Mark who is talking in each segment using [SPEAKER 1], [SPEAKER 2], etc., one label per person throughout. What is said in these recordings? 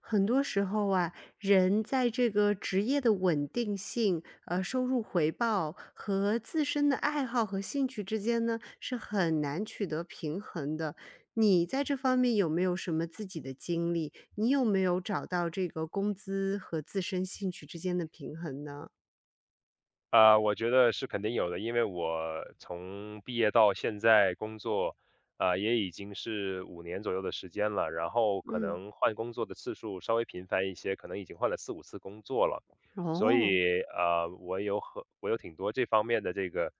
[SPEAKER 1] 很多时候啊，人在这个职业的稳定性、收入回报和自身的爱好和兴趣之间呢，是很难取得平衡的。你在这方面有没有什么自己的经历？你有没有找到这个工资和自身兴趣之间的平衡呢？
[SPEAKER 2] 我觉得是肯定有的，因为我从毕业到现在工作，也已经是五年左右的时间了。然后可
[SPEAKER 1] 嗯，
[SPEAKER 2] 能换工作的次数稍微频繁一些，可能已经换了四五次工作了。所
[SPEAKER 1] 哦。
[SPEAKER 2] 以，我有挺多这方面的这个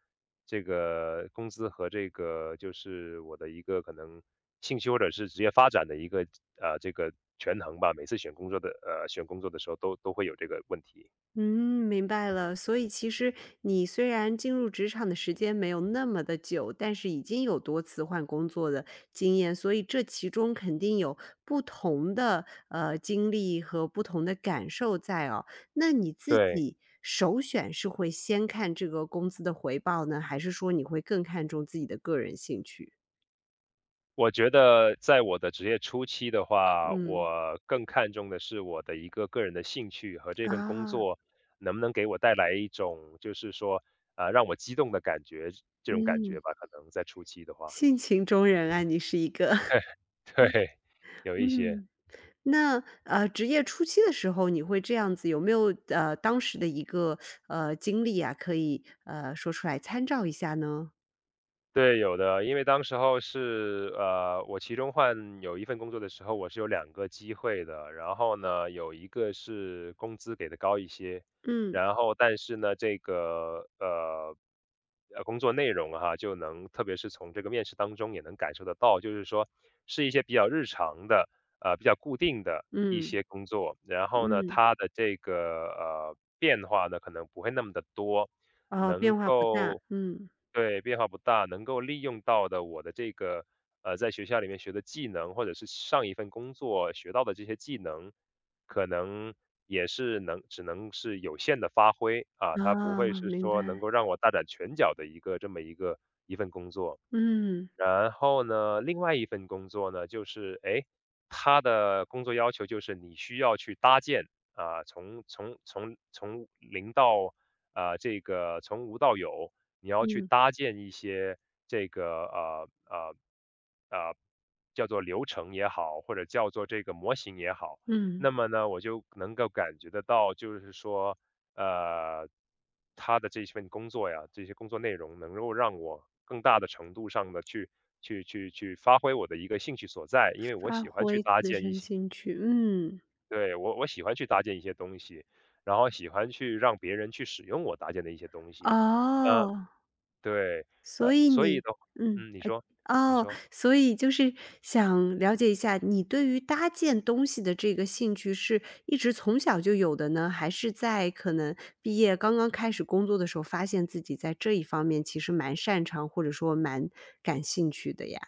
[SPEAKER 2] 工资和这个就是我的一个可能兴趣或者是职业发展的一个啊这个权衡吧。每次选工作的时候都会有这个问题。
[SPEAKER 1] 嗯，明白了。所以其实你虽然进入职场的时间没有那么的久，但是已经有多次换工作的经验，所以这其中肯定有不同的经历和不同的感受在哦。那你自
[SPEAKER 2] 对。
[SPEAKER 1] 己首选是会先看这个工资的回报呢，还是说你会更看重自己的个人兴趣？
[SPEAKER 2] 我觉得在我的职业初期的话，
[SPEAKER 1] 嗯，
[SPEAKER 2] 我更看重的是我的一个个人的兴趣和这份工
[SPEAKER 1] 啊，
[SPEAKER 2] 作能不能给我带来一种让我激动的感觉，这种感觉
[SPEAKER 1] 嗯，
[SPEAKER 2] 吧，可能在初期的话，
[SPEAKER 1] 性情中人啊，你是一个，
[SPEAKER 2] 对，有一些。
[SPEAKER 1] 嗯。那，职业初期的时候，你会这样子，有没有当时的一个，经历啊，可以，说出来参照一下呢？
[SPEAKER 2] 对，有的，因为当时候是我其中换有一份工作的时候，我是有两个机会的。然后呢，有一个是工资给的高一些，
[SPEAKER 1] 嗯，
[SPEAKER 2] 然后但是呢，这个工作内容哈，就能特别是从这个面试当中也能感受得到，就是说是一些比较日常的比较固定的一
[SPEAKER 1] 嗯，
[SPEAKER 2] 些工作，然后呢，
[SPEAKER 1] 嗯，
[SPEAKER 2] 它的这个变化呢可能不会那么的多。
[SPEAKER 1] 哦，
[SPEAKER 2] 能
[SPEAKER 1] 变化不大，
[SPEAKER 2] 够
[SPEAKER 1] 嗯，
[SPEAKER 2] 对，变化不大，能够利用到的我的这个，在学校里面学的技能，或者是上一份工作学到的这些技能，可能也是只能是有限的发挥，啊，它不
[SPEAKER 1] 啊，
[SPEAKER 2] 会是
[SPEAKER 1] 明
[SPEAKER 2] 说能
[SPEAKER 1] 白，
[SPEAKER 2] 够让我大展拳脚的一个一份工作。
[SPEAKER 1] 嗯，
[SPEAKER 2] 然后呢，另外一份工作呢，就是诶，他的工作要求就是你需要去搭建、啊、从零到从无到有，你要去
[SPEAKER 1] 嗯，
[SPEAKER 2] 搭建一些这个呃叫做流程也好，或者叫做这个模型也好。
[SPEAKER 1] 嗯，
[SPEAKER 2] 那么呢，我就能够感觉得到，就是说呃，他的这一份工作呀，这些工作内容能够让我更大的程度上的去去发挥我的一个兴趣所在，因为我
[SPEAKER 1] 发
[SPEAKER 2] 喜欢去
[SPEAKER 1] 挥
[SPEAKER 2] 搭
[SPEAKER 1] 自
[SPEAKER 2] 建一
[SPEAKER 1] 身
[SPEAKER 2] 些，
[SPEAKER 1] 兴趣，嗯，
[SPEAKER 2] 对，我喜欢去搭建一些东西，然后喜欢去让别人去使用我搭建的一些东西，呃，
[SPEAKER 1] 哦，
[SPEAKER 2] 对，
[SPEAKER 1] 所以
[SPEAKER 2] 所以
[SPEAKER 1] 你
[SPEAKER 2] 的话，
[SPEAKER 1] 嗯。
[SPEAKER 2] 嗯，你说，你
[SPEAKER 1] 哦，
[SPEAKER 2] 说。
[SPEAKER 1] 所以就是想了解一下，你对于搭建东西的这个兴趣是一直从小就有的呢，还是在可能毕业刚刚开始工作的时候，发现自己在这一方面其实蛮擅长，或者说蛮感兴趣的呀？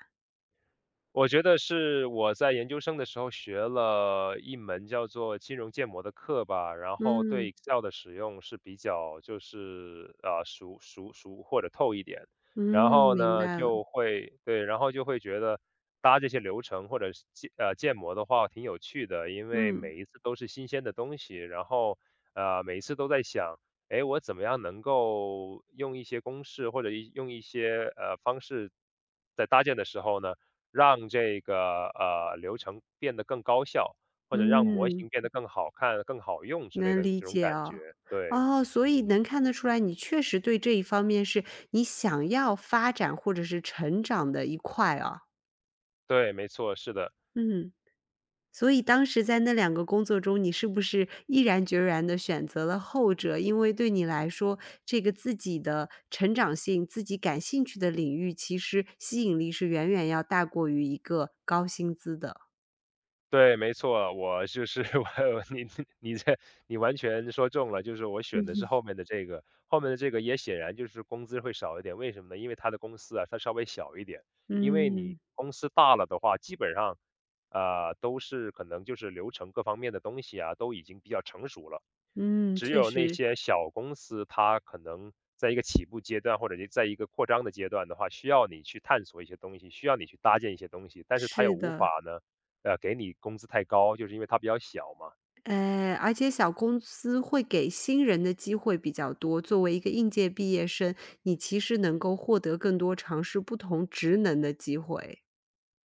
[SPEAKER 2] 我觉得是我在研究生的时候学了一门叫做金融建模的课吧，然后对
[SPEAKER 1] 嗯，
[SPEAKER 2] Excel 的使用是比较就是熟或者透一点，
[SPEAKER 1] 嗯，
[SPEAKER 2] 然后
[SPEAKER 1] 明
[SPEAKER 2] 呢
[SPEAKER 1] 白了，
[SPEAKER 2] 就会对，然后就会觉得搭这些流程或者是建模的话挺有趣的，因为
[SPEAKER 1] 嗯，
[SPEAKER 2] 每一次都是新鲜的东西，然后每一次都在想，哎，我怎么样能够用一些公式或者用一些方式在搭建的时候呢？让这个流程变得更高效，或者让模
[SPEAKER 1] 嗯，
[SPEAKER 2] 型变得更好看、更好用之类
[SPEAKER 1] 能
[SPEAKER 2] 的
[SPEAKER 1] 理
[SPEAKER 2] 这种
[SPEAKER 1] 解
[SPEAKER 2] 感
[SPEAKER 1] 哦。
[SPEAKER 2] 觉。对，
[SPEAKER 1] 哦，所以能看得出来，你确实对这一方面是你想要发展或者是成长的一块啊，
[SPEAKER 2] 对，没错，是的，
[SPEAKER 1] 嗯。所以当时在那两个工作中，你是不是毅然决然地选择了后者？因为对你来说，这个自己的成长性、自己感兴趣的领域，其实吸引力是远远要大过于一个高薪资的。
[SPEAKER 2] 对，没错，我就是 我，你 你这你完全说中了，就是我选
[SPEAKER 1] 嗯
[SPEAKER 2] 的是
[SPEAKER 1] 哼。
[SPEAKER 2] 后面的这个，后面的这个也显然就是工资会少一点，为什么呢？因为他的公司啊，它稍微小一点，因为你
[SPEAKER 1] 嗯，
[SPEAKER 2] 公司大了的话，基本上都是可能就是流程各方面的东西啊，都已经比较成熟了。
[SPEAKER 1] 嗯，
[SPEAKER 2] 只
[SPEAKER 1] 确
[SPEAKER 2] 有那
[SPEAKER 1] 实，
[SPEAKER 2] 些小公司，它可能在一个起步阶段，或者是在一个扩张的阶段的话，需要你去探索一些东西，需要你去搭建一些东西，但是它又
[SPEAKER 1] 是
[SPEAKER 2] 无
[SPEAKER 1] 的。
[SPEAKER 2] 法呢，给你工资太高，就是因为它比较小嘛。
[SPEAKER 1] 哎，而且小公司会给新人的机会比较多，作为一个应届毕业生，你其实能够获得更多尝试不同职能的机会。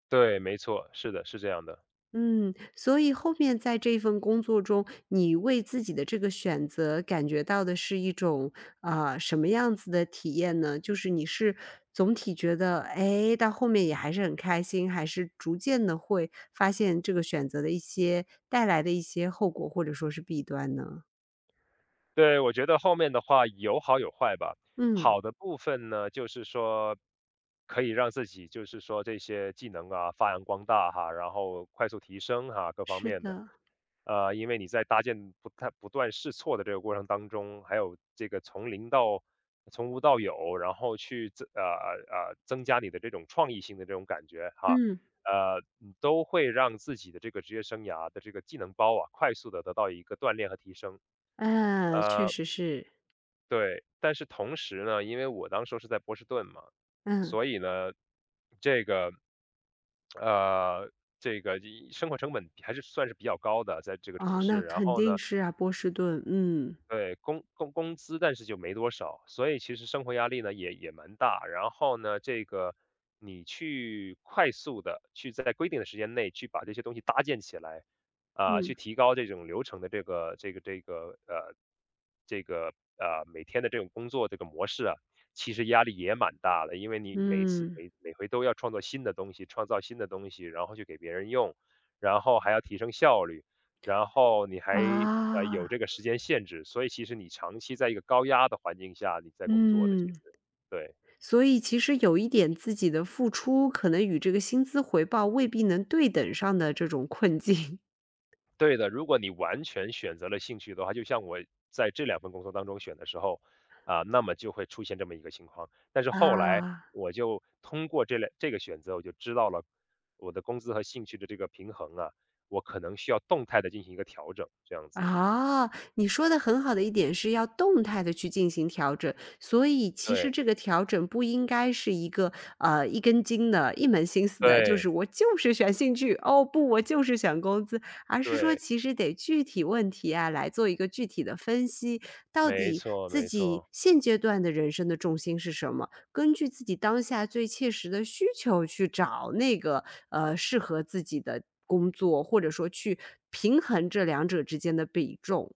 [SPEAKER 2] 对，没错，是的，是这样的。
[SPEAKER 1] 嗯，所以后面在这份工作中，你为自己的这个选择感觉到的是一种什么样子的体验呢？就是你是总体觉得，哎，到后面也还是很开心，还是逐渐的会发现这个选择的一些带来的一些后果或者说是弊端呢？
[SPEAKER 2] 对，我觉得后面的话有好有坏吧。
[SPEAKER 1] 嗯，
[SPEAKER 2] 好的部分呢，就是说可以让自己就是说这些技能啊发扬光大哈，然后快速提升哈，各方
[SPEAKER 1] 是
[SPEAKER 2] 面的。
[SPEAKER 1] 的，
[SPEAKER 2] 因为你在搭建不太不断试错的这个过程当中，还有这个从零到从无到有，然后去增加你的这种创意性的这种感觉哈，
[SPEAKER 1] 嗯，
[SPEAKER 2] 都会让自己的这个职业生涯的这个技能包啊，快速的得到一个锻炼和提升。
[SPEAKER 1] 啊，确
[SPEAKER 2] 呃，
[SPEAKER 1] 实是，
[SPEAKER 2] 对，但是同时呢，因为我当时候是在波士顿嘛，
[SPEAKER 1] 嗯，
[SPEAKER 2] 所以呢，这个呃，这个生活成本还是算是比较高的，在这个城
[SPEAKER 1] 哦，那
[SPEAKER 2] 市。然
[SPEAKER 1] 肯
[SPEAKER 2] 后
[SPEAKER 1] 定
[SPEAKER 2] 呢，
[SPEAKER 1] 是啊，波士顿，嗯
[SPEAKER 2] 对，工资，但是就没多少，所以其实生活压力呢也蛮大。然后呢，这个你去快速的去在规定的时间内去把这些东西搭建起来，啊、
[SPEAKER 1] 嗯
[SPEAKER 2] 去提高这种流程的这个这个每天的这种工作这个模式啊，其实压力也蛮大的，因为你
[SPEAKER 1] 嗯，
[SPEAKER 2] 每每回都要创造新的东西，然后去给别人用，然后还要提升效率。然后你还有
[SPEAKER 1] 啊，
[SPEAKER 2] 这个时间限制，所以其实你长期在一个高压的环境下你在工作的，其
[SPEAKER 1] 嗯。
[SPEAKER 2] 实对。
[SPEAKER 1] 所以其实有一点自己的付出，可能与这个薪资回报未必能对等上的这种困境。
[SPEAKER 2] 对的。如果你完全选择了兴趣的话，就像我在这两份工作当中选的时候、啊、那么就会出现这么一个情况。但是
[SPEAKER 1] 啊。
[SPEAKER 2] 后来我就通过这个选择，我就知道了我的工资和兴趣的这个平衡啊，我可能需要动态的进行一个调整，这样子。
[SPEAKER 1] 啊，你说的很好的一点是要动态的去进行调整，所以其实
[SPEAKER 2] 对，
[SPEAKER 1] 这个调整不应该是一个，一根筋的、一门心思的，就是
[SPEAKER 2] 对，
[SPEAKER 1] 我就是选兴趣，哦，不，我就是选工资，而是说
[SPEAKER 2] 对，
[SPEAKER 1] 其实得具体问题啊，来做一个具体的分析，到
[SPEAKER 2] 没
[SPEAKER 1] 底
[SPEAKER 2] 错。
[SPEAKER 1] 自己现阶段的人生的重心是什么？根据自己当下最切实的需求去找那个，适合自己的工作，或者说去平衡这两者之间的比重。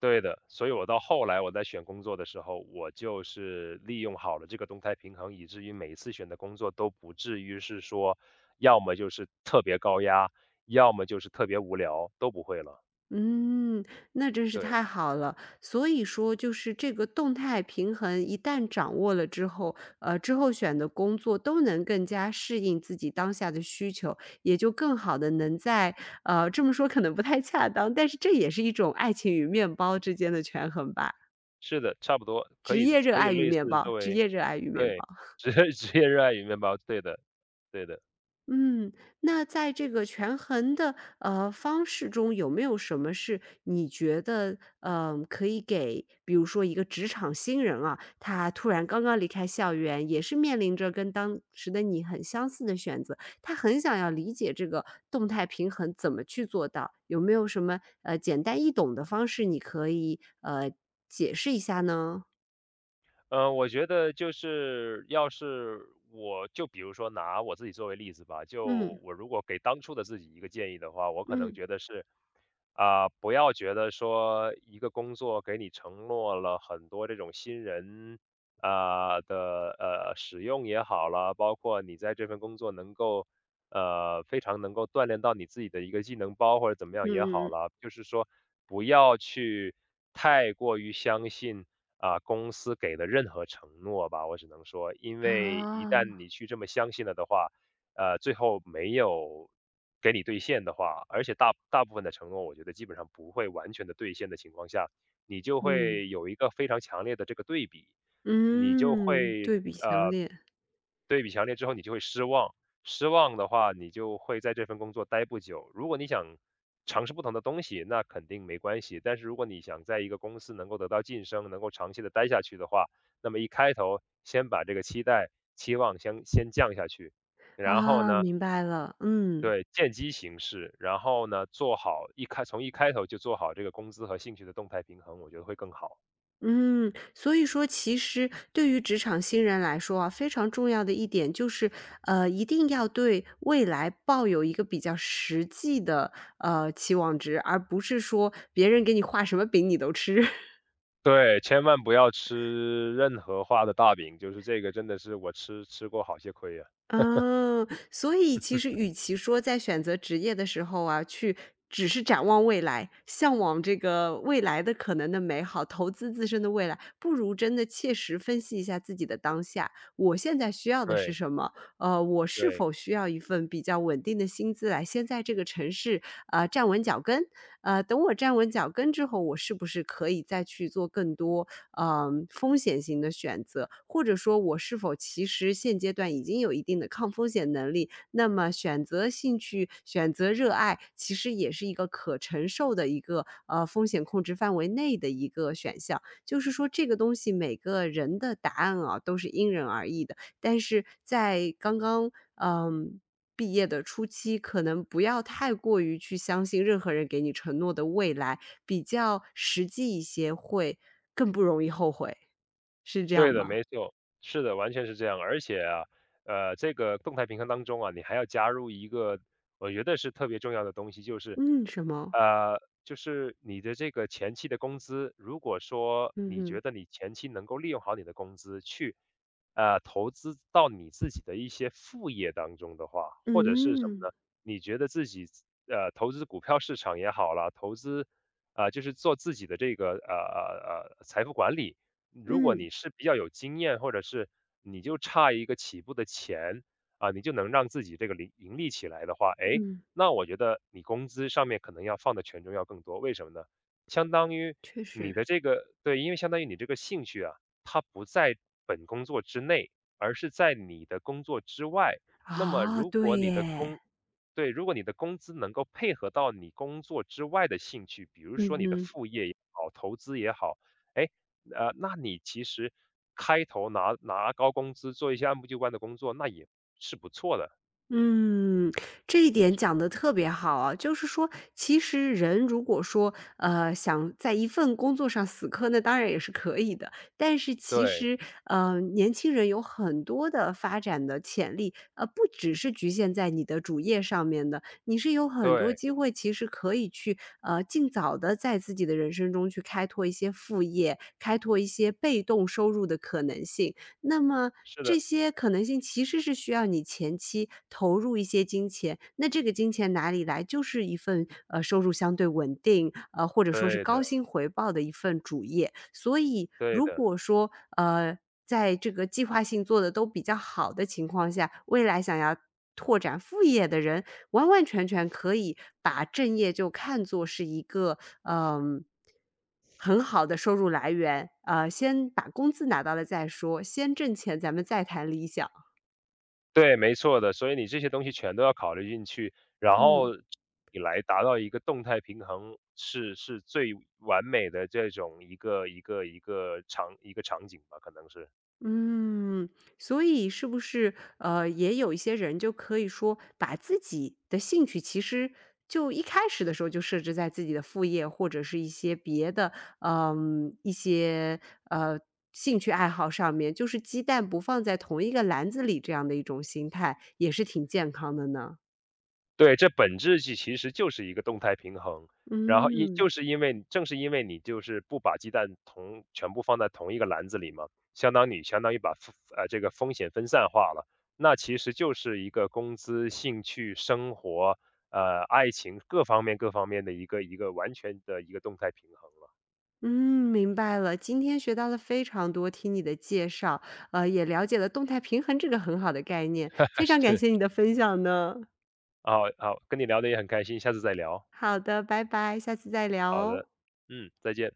[SPEAKER 2] 对的，所以我到后来我在选工作的时候，我就是利用好了这个动态平衡，以至于每一次选的工作都不至于是说，要么就是特别高压，要么就是特别无聊，都不会了。
[SPEAKER 1] 嗯，那真是
[SPEAKER 2] 对，
[SPEAKER 1] 太好了。所以说就是这个动态平衡一旦掌握了之后，之后选的工作都能更加适应自己当下的需求，也就更好的能在这么说可能不太恰当，但是这也是一种爱情与面包之间的权衡吧。
[SPEAKER 2] 是的，差不多
[SPEAKER 1] 职业热
[SPEAKER 2] 可以
[SPEAKER 1] 爱与
[SPEAKER 2] 类
[SPEAKER 1] 面
[SPEAKER 2] 似
[SPEAKER 1] 包，
[SPEAKER 2] 作
[SPEAKER 1] 职
[SPEAKER 2] 为
[SPEAKER 1] 业热爱与面包。
[SPEAKER 2] 对。职 职业热爱与面包，对的，对的。
[SPEAKER 1] 嗯，那在这个权衡的方式中，有没有什么是你觉得可以给，比如说一个职场新人啊，他突然刚刚离开校园，也是面临着跟当时的你很相似的选择，他很想要理解这个动态平衡怎么去做到，有没有什么简单易懂的方式，你可以解释一下呢？
[SPEAKER 2] 我觉得就是要是我就比如说拿我自己作为例子吧，
[SPEAKER 1] 嗯
[SPEAKER 2] 就我如果给当初的自己一个建议的话，我可能
[SPEAKER 1] 嗯
[SPEAKER 2] 觉得是，啊、不要觉得说一个工作给你承诺了很多这种新人、啊、的使用也好了，包括你在这份工作能够非常能够锻炼到你自己的一个技能包或者怎么样也
[SPEAKER 1] 嗯
[SPEAKER 2] 好
[SPEAKER 1] 嗯
[SPEAKER 2] 了，就是说不要去太过于相信。啊，公司给的任何承诺吧，我只能说，因为一
[SPEAKER 1] 嗯
[SPEAKER 2] 旦
[SPEAKER 1] 啊，
[SPEAKER 2] 你去这么相信了的话，最后没有给你兑现的话，而且大部分的承诺，我觉得基本上不会完全的兑现的情况下，你就
[SPEAKER 1] 嗯。
[SPEAKER 2] 会有一个非常强烈的这个对比，你就
[SPEAKER 1] 嗯，
[SPEAKER 2] 会
[SPEAKER 1] 对比强
[SPEAKER 2] 呃
[SPEAKER 1] 烈。
[SPEAKER 2] 对比强烈之后，你就会失望，失望的话，你就会在这份工作待不久。如果你想尝试不同的东西，那肯定没关系。但是如果你想在一个公司能够得到晋升，能够长期的待下去的话，那么一开头先把这个期待、期望先降下去，然后
[SPEAKER 1] 啊，
[SPEAKER 2] 呢，
[SPEAKER 1] 明白了，嗯，
[SPEAKER 2] 对，见机行事，然后呢，做好一开从一开头就做好这个工资和兴趣的动态平衡，我觉得会更好。
[SPEAKER 1] 嗯。所以说其实对于职场新人来说啊，非常重要的一点就是，一定要对未来抱有一个比较实际的，期望值，而不是说别人给你画什么饼你都吃。
[SPEAKER 2] 对，千万不要吃任何化的大饼，就是这个真的是我吃过好些亏啊。
[SPEAKER 1] 嗯，所以其实与其说在选择职业的时候啊，去只是展望未来，向往这个未来的可能的美好，投资自身的未来，不如真的切实分析一下自己的当下。我现在需要的是
[SPEAKER 2] 对，
[SPEAKER 1] 什么？我是
[SPEAKER 2] 对。
[SPEAKER 1] 否需要一份比较稳定的薪资来先在这个城市站稳脚跟？等我站稳脚跟之后，我是不是可以再去做更多风险型的选择，或者说我是否其实现阶段已经有一定的抗风险能力，那么选择兴趣、选择热爱，其实也是一个可承受的一个，风险控制范围内的一个选项。就是说这个东西每个人的答案啊，都是因人而异的，但是在刚刚毕业的初期，可能不要太过于去相信任何人给你承诺的未来，比较实际一些，会更不容易后悔，是这
[SPEAKER 2] 对
[SPEAKER 1] 样
[SPEAKER 2] 的，
[SPEAKER 1] 吗？
[SPEAKER 2] 没错，是的，完全是这样。而且啊，这个动态平衡当中啊，你还要加入一个，我觉得是特别重要的东西，就是，
[SPEAKER 1] 嗯，什么？
[SPEAKER 2] 呃，就是你的这个前期的工资，如果说
[SPEAKER 1] 嗯
[SPEAKER 2] 你
[SPEAKER 1] 哼。
[SPEAKER 2] 觉得你前期能够利用好你的工资去，投资到你自己的一些副业当中的话，或者是什么
[SPEAKER 1] 嗯，
[SPEAKER 2] 呢？你觉得自己投资股票市场也好啦，投资、啊、就是做自己的这个财富管理。如果
[SPEAKER 1] 嗯，
[SPEAKER 2] 你是比较有经验，或者是你就差一个起步的钱啊，你就能让自己这个盈利起来的话，哎，
[SPEAKER 1] 嗯，
[SPEAKER 2] 那我觉得你工资上面可能要放的权重要更多。为什么呢？相当于
[SPEAKER 1] 确
[SPEAKER 2] 你
[SPEAKER 1] 实。
[SPEAKER 2] 的这个对，因为相当于你这个兴趣啊，它不在本工作之内，而是在你的工作之外。那么
[SPEAKER 1] 啊，
[SPEAKER 2] 如
[SPEAKER 1] 对
[SPEAKER 2] 果你的
[SPEAKER 1] 耶，
[SPEAKER 2] 工对，如果你的工资能够配合到你工作之外的兴趣，比如
[SPEAKER 1] 嗯
[SPEAKER 2] 说你的
[SPEAKER 1] 哼。
[SPEAKER 2] 副业也好，投资也好，哎，那你其实开头拿高工资做一些按部就班的工作，那也是不错的。
[SPEAKER 1] 嗯，这一点讲的特别好啊，就是说，其实人如果说，想在一份工作上死磕，那当然也是可以的。但是其
[SPEAKER 2] 对，
[SPEAKER 1] 实，年轻人有很多的发展的潜力，不只是局限在你的主业上面的，你是有很多
[SPEAKER 2] 对，
[SPEAKER 1] 机会，其实可以去，尽早的在自己的人生中去开拓一些副业，开拓一些被动收入的可能性。那么
[SPEAKER 2] 是
[SPEAKER 1] 这
[SPEAKER 2] 的，
[SPEAKER 1] 些可能性其实是需要你前期投入一些金钱，那这个金钱哪里来？就是一份，收入相对稳定，或者说是
[SPEAKER 2] 对的，
[SPEAKER 1] 高薪回报的一份主业。所以
[SPEAKER 2] 对
[SPEAKER 1] 如
[SPEAKER 2] 的，
[SPEAKER 1] 果说，呃，在这个计划性做的都比较好的情况下，未来想要拓展副业的人，完完全全可以把正业就看作是一个，嗯，很好的收入来源，先把工资拿到了再说，先挣钱，咱们再谈理想。
[SPEAKER 2] 对，没错的。所以你这些东西全都要考虑进去，然
[SPEAKER 1] 嗯。
[SPEAKER 2] 后你来达到一个动态平衡，是最完美的这种一个场景吧，可能是。
[SPEAKER 1] 嗯，所以是不是，也有一些人就可以说把自己的兴趣其实就一开始的时候就设置在自己的副业或者是一些别的，一些，呃，兴趣爱好上面，就是鸡蛋不放在同一个篮子里这样的一种心态，也是挺健康的呢？
[SPEAKER 2] 对，这本质其实就是一个动态平衡，然后
[SPEAKER 1] 嗯。
[SPEAKER 2] 就是因为正是因为你就是不把鸡蛋同全部放在同一个篮子里嘛，相当于这个风险分散化了，那其实就是一个工资、兴趣、生活，爱情各方面的一个完全的一个动态平衡了。
[SPEAKER 1] 嗯，明白了。今天学到了非常多，听你的介绍，也了解了动态平衡这个很好的概念，非常感
[SPEAKER 2] 是，
[SPEAKER 1] 谢你的分享呢。
[SPEAKER 2] 好好，跟你聊的也很开心，下次再聊。
[SPEAKER 1] 好的，拜拜，下次再聊
[SPEAKER 2] 好的，
[SPEAKER 1] 哦。
[SPEAKER 2] 嗯，再见。